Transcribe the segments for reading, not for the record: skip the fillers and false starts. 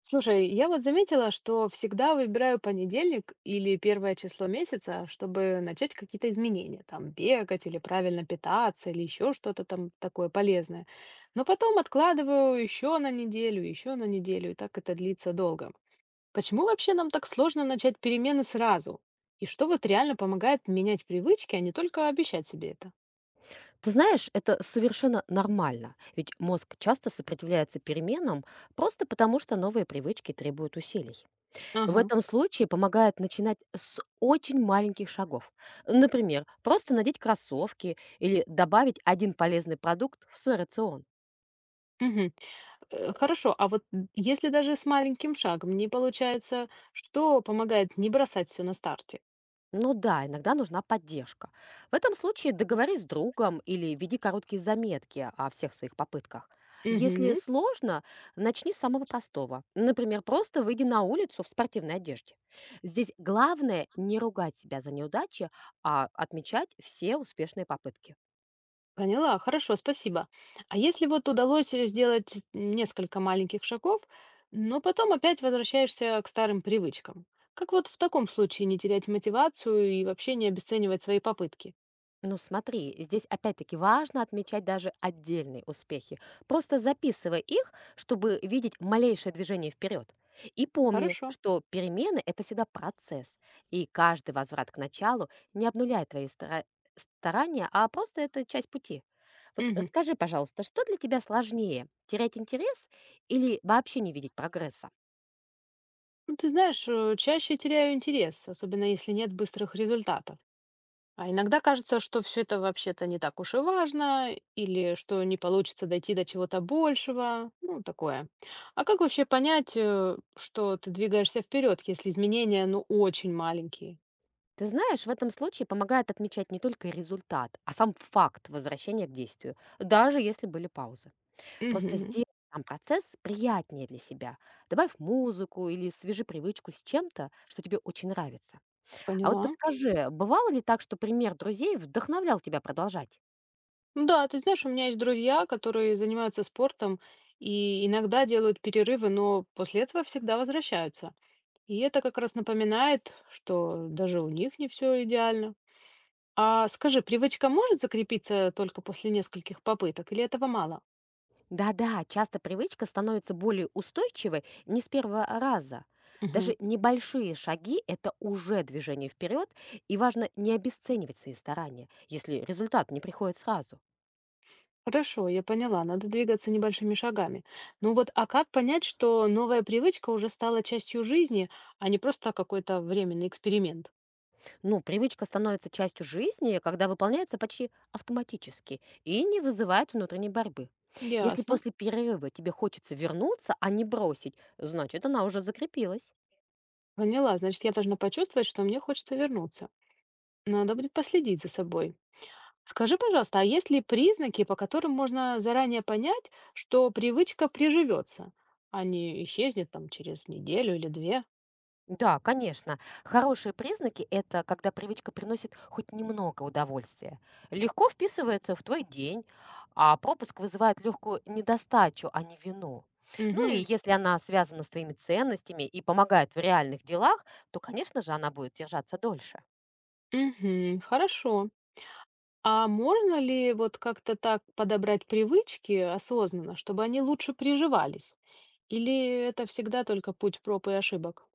Слушай, я вот заметила, что всегда выбираю понедельник или первое число месяца, чтобы начать какие-то изменения, там бегать или правильно питаться или еще что-то там такое полезное. Но потом откладываю еще на неделю, и так это длится долго. Почему вообще нам так сложно начать перемены сразу? И что вот реально помогает менять привычки, а не только обещать себе это? Ты знаешь, это совершенно нормально, ведь мозг часто сопротивляется переменам просто потому, что новые привычки требуют усилий. В Ага. этом случае помогает начинать с очень маленьких шагов. Например, просто надеть кроссовки или добавить один полезный продукт в свой рацион. Мгм. Хорошо, а вот н если даже с маленьким шагом не получается, что помогает не бросать все на старте? Ну да, иногда нужна поддержка. В этом случае договорись с другом или веди короткие заметки о всех своих попытках. Если Мгм. сложно, начни с самого простого. Например, просто выйди на улицу в спортивной одежде. Здесь главное не ругать себя за неудачи, а отмечать все успешные попытки. Поняла, хорошо, спасибо. А если вот удалось, сделать несколько маленьких шагов, но потом опять возвращаешься к старым привычкам, как вот в таком случае не терять мотивацию и вообще не обесценивать свои попытки? Ну смотри, здесь опять-таки важно отмечать даже отдельные успехи. Просто записывай их, чтобы видеть малейшее движение вперед. И помни, Хорошо. что перемены– это всегда процесс, и каждый возврат к началу не обнуляет твои старания, а просто это часть пути. Вот, Мгм. скажи, пожалуйста, что для тебя сложнее– терять интерес или вообще не видеть прогресса? Ну, ты знаешь, чаще теряю интерес, особенно если нет быстрых результатов. А иногда кажется, что все это вообще-то не так уж и важно, или что не получится дойти до чего-то большего, ну, такое. А как вообще понять, что ты двигаешься вперед, если изменения, ну, очень маленькие? Ты знаешь, в этом случае помогает отмечать не только результат, а сам факт возвращения к действию, даже если были паузы. Просто Мгм. сделай сам процесс приятнее для себя. Добавь музыку или свяжи привычку с чем-то, что тебе очень нравится. А вот Поняла. подскажи, бывало ли так, что пример друзей вдохновлял тебя продолжать? Ну да, ты знаешь, у меня есть друзья, которые занимаются спортом и иногда делают перерывы, но после этого всегда возвращаются. И это как раз напоминает, что даже у них не все идеально. А скажи, привычка может закрепиться только после нескольких попыток, или этого мало? Да-да, часто привычка становится более устойчивой не с первого раза. Мгм. Даже небольшие шаги– это уже движение вперед, и важно не обесценивать свои старания, если результат не приходит сразу. Хорошо, я поняла, надо двигаться небольшими шагами. Ну вот, а как понять, что новая привычка уже стала частью жизни, а не просто какой-то временный эксперимент? Ну, привычка становится частью жизни, когда выполняется почти автоматически и не вызывает внутренней борьбы. Если Ясно. после перерыва тебе хочется вернуться, а не бросить, значит, она уже закрепилась. Поняла, значит, я должна почувствовать, что мне хочется вернуться. Надо будет последить за собой. Скажи, пожалуйста, а есть ли признаки, по которым можно заранее понять, что привычка приживется, а не исчезнет там через неделю или две? Да, конечно. Хорошие признаки– это когда привычка приносит хоть немного удовольствия. Легко вписывается в твой день, а пропуск вызывает легкую недостачу, а не вину. Ну и Угу. если она связана с твоими ценностями и помогает в реальных делах, то, конечно же, она будет держаться дольше. Мгм. Хорошо. А можно ли вот как-то так подобрать привычки осознанно, чтобы они лучше приживались? Или это всегда только путь проб и ошибок?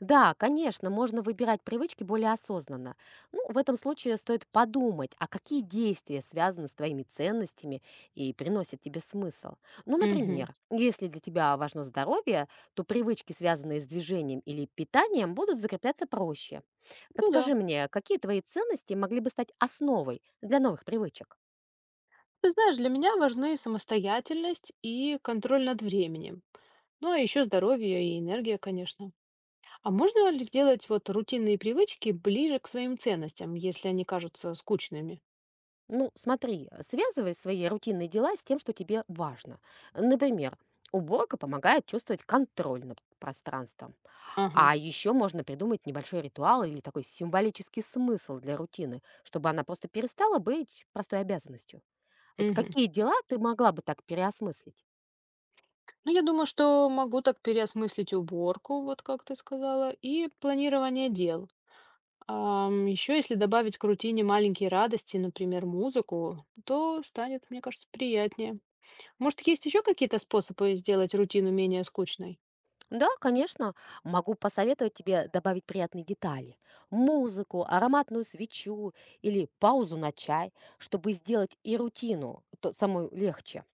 Да, конечно, можно выбирать привычки более осознанно. Ну, в этом случае стоит подумать, а какие действия связаны с твоими ценностями и приносят тебе смысл. Ну, Мгм. например, если для тебя важно здоровье, то привычки, связанные с движением или питанием, будут закрепляться проще. Ну да. Подскажи мне, какие твои ценности могли бы стать основой для новых привычек? Ты знаешь, для меня важны самостоятельность и контроль над временем. Ну, а еще здоровье и энергия, конечно. А можно ли сделать вот рутинные привычки ближе к своим ценностям, если они кажутся скучными? Ну, смотри, связывай свои рутинные дела с тем, что тебе важно. Например, уборка помогает чувствовать контроль над пространством. Ага. А еще можно придумать небольшой ритуал или такой символический смысл для рутины, чтобы она просто перестала быть простой обязанностью. Вот Мгм. какие дела ты могла бы так переосмыслить? Ну, я думаю, что могу так переосмыслить уборку, вот как ты сказала, и планирование дел. Еще если добавить к рутине маленькие радости, например, музыку, то станет, мне кажется, приятнее. Может, есть еще какие-то способы сделать рутину менее скучной? Да, конечно, могу посоветовать тебе добавить приятные детали. Музыку, ароматную свечу или паузу на чай, чтобы сделать и рутину то самую легче.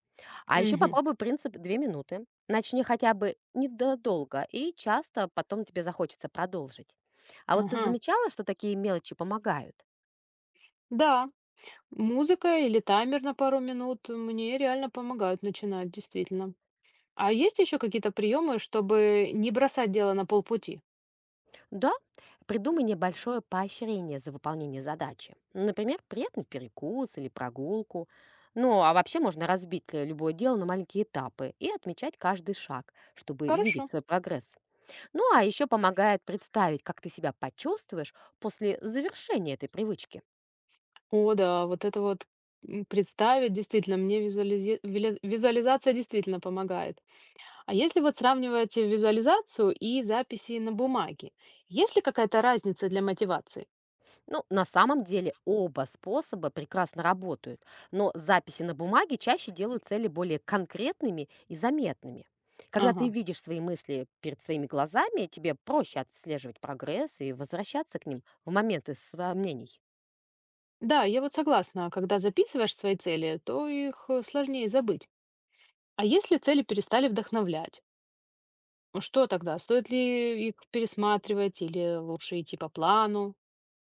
А еще Угу. попробуй принцип 2 минуты. Начни хотя бы недолго, и часто потом тебе захочется продолжить. А вот ты Ага. замечала, что такие мелочи помогают? Да, музыка или таймер на пару минут мне реально помогают начинать, действительно. А есть еще какие-то приемы, чтобы не бросать дело на полпути? Да, придумай небольшое поощрение за выполнение задачи. Например, приятный перекус или прогулку. Ну, а вообще можно разбить любое дело на маленькие этапы и отмечать каждый шаг, чтобы видеть Хорошо. свой прогресс. Ну, а еще помогает представить, как ты себя почувствуешь после завершения этой привычки. О да, вот это вот, представить, действительно, мне визуализе виля визуализация действительно помогает. А если вот сравнивать визуализацию и записи на бумаге, есть ли какая-то разница для мотивации? Ну, на самом деле оба способа прекрасно работают, но записи на бумаге чаще делают цели более конкретными и заметными. Когда ты Ага. видишь свои мысли перед своими глазами, тебе проще отслеживать прогресс и возвращаться к ним в моменты сомнений. Да, я вот согласна, когда записываешь свои цели, то их сложнее забыть. А если цели перестали вдохновлять, ну что тогда? Стоит ли их пересматривать или лучше идти по плану?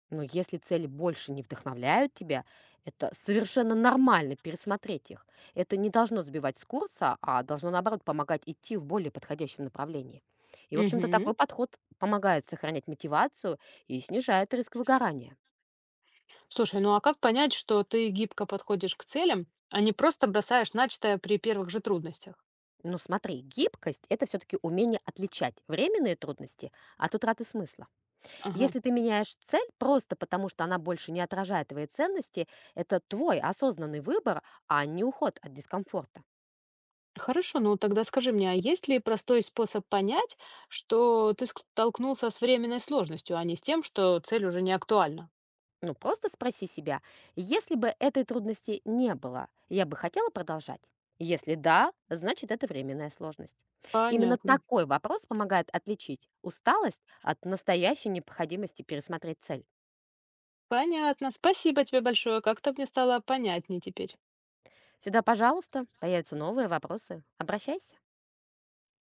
Но если цели больше не вдохновляют тебя, это совершенно нормально пересмотреть их. Это не должно сбивать с курса, а должно, наоборот, помогать идти в более подходящем направлении. И, в общем-то, Мгм. такой подход помогает сохранять мотивацию и снижает риск выгорания. Слушай, ну а как понять, что ты гибко подходишь к целям, а не просто бросаешь начатое при первых же трудностях? Ну смотри, гибкость– это все-таки умение отличать временные трудности от утраты смысла. Ага. Если ты меняешь цель просто потому, что она больше не отражает твои ценности, это твой осознанный выбор, а не уход от дискомфорта. Хорошо, ну тогда скажи мне, а есть ли простой способ понять, что ты столкнулся с временной сложностью, а не с тем, что цель уже не актуальна? Ну, просто спроси себя, если бы этой трудности не было, я бы хотела продолжать? Если да, значит это временная сложность. Именно Понятно. такой вопрос помогает отличить усталость от настоящей необходимости пересмотреть цель. Понятно. Спасибо тебе большое. Как-то мне стало понятнее теперь. Сюда, пожалуйста, появятся новые вопросы. Обращайся.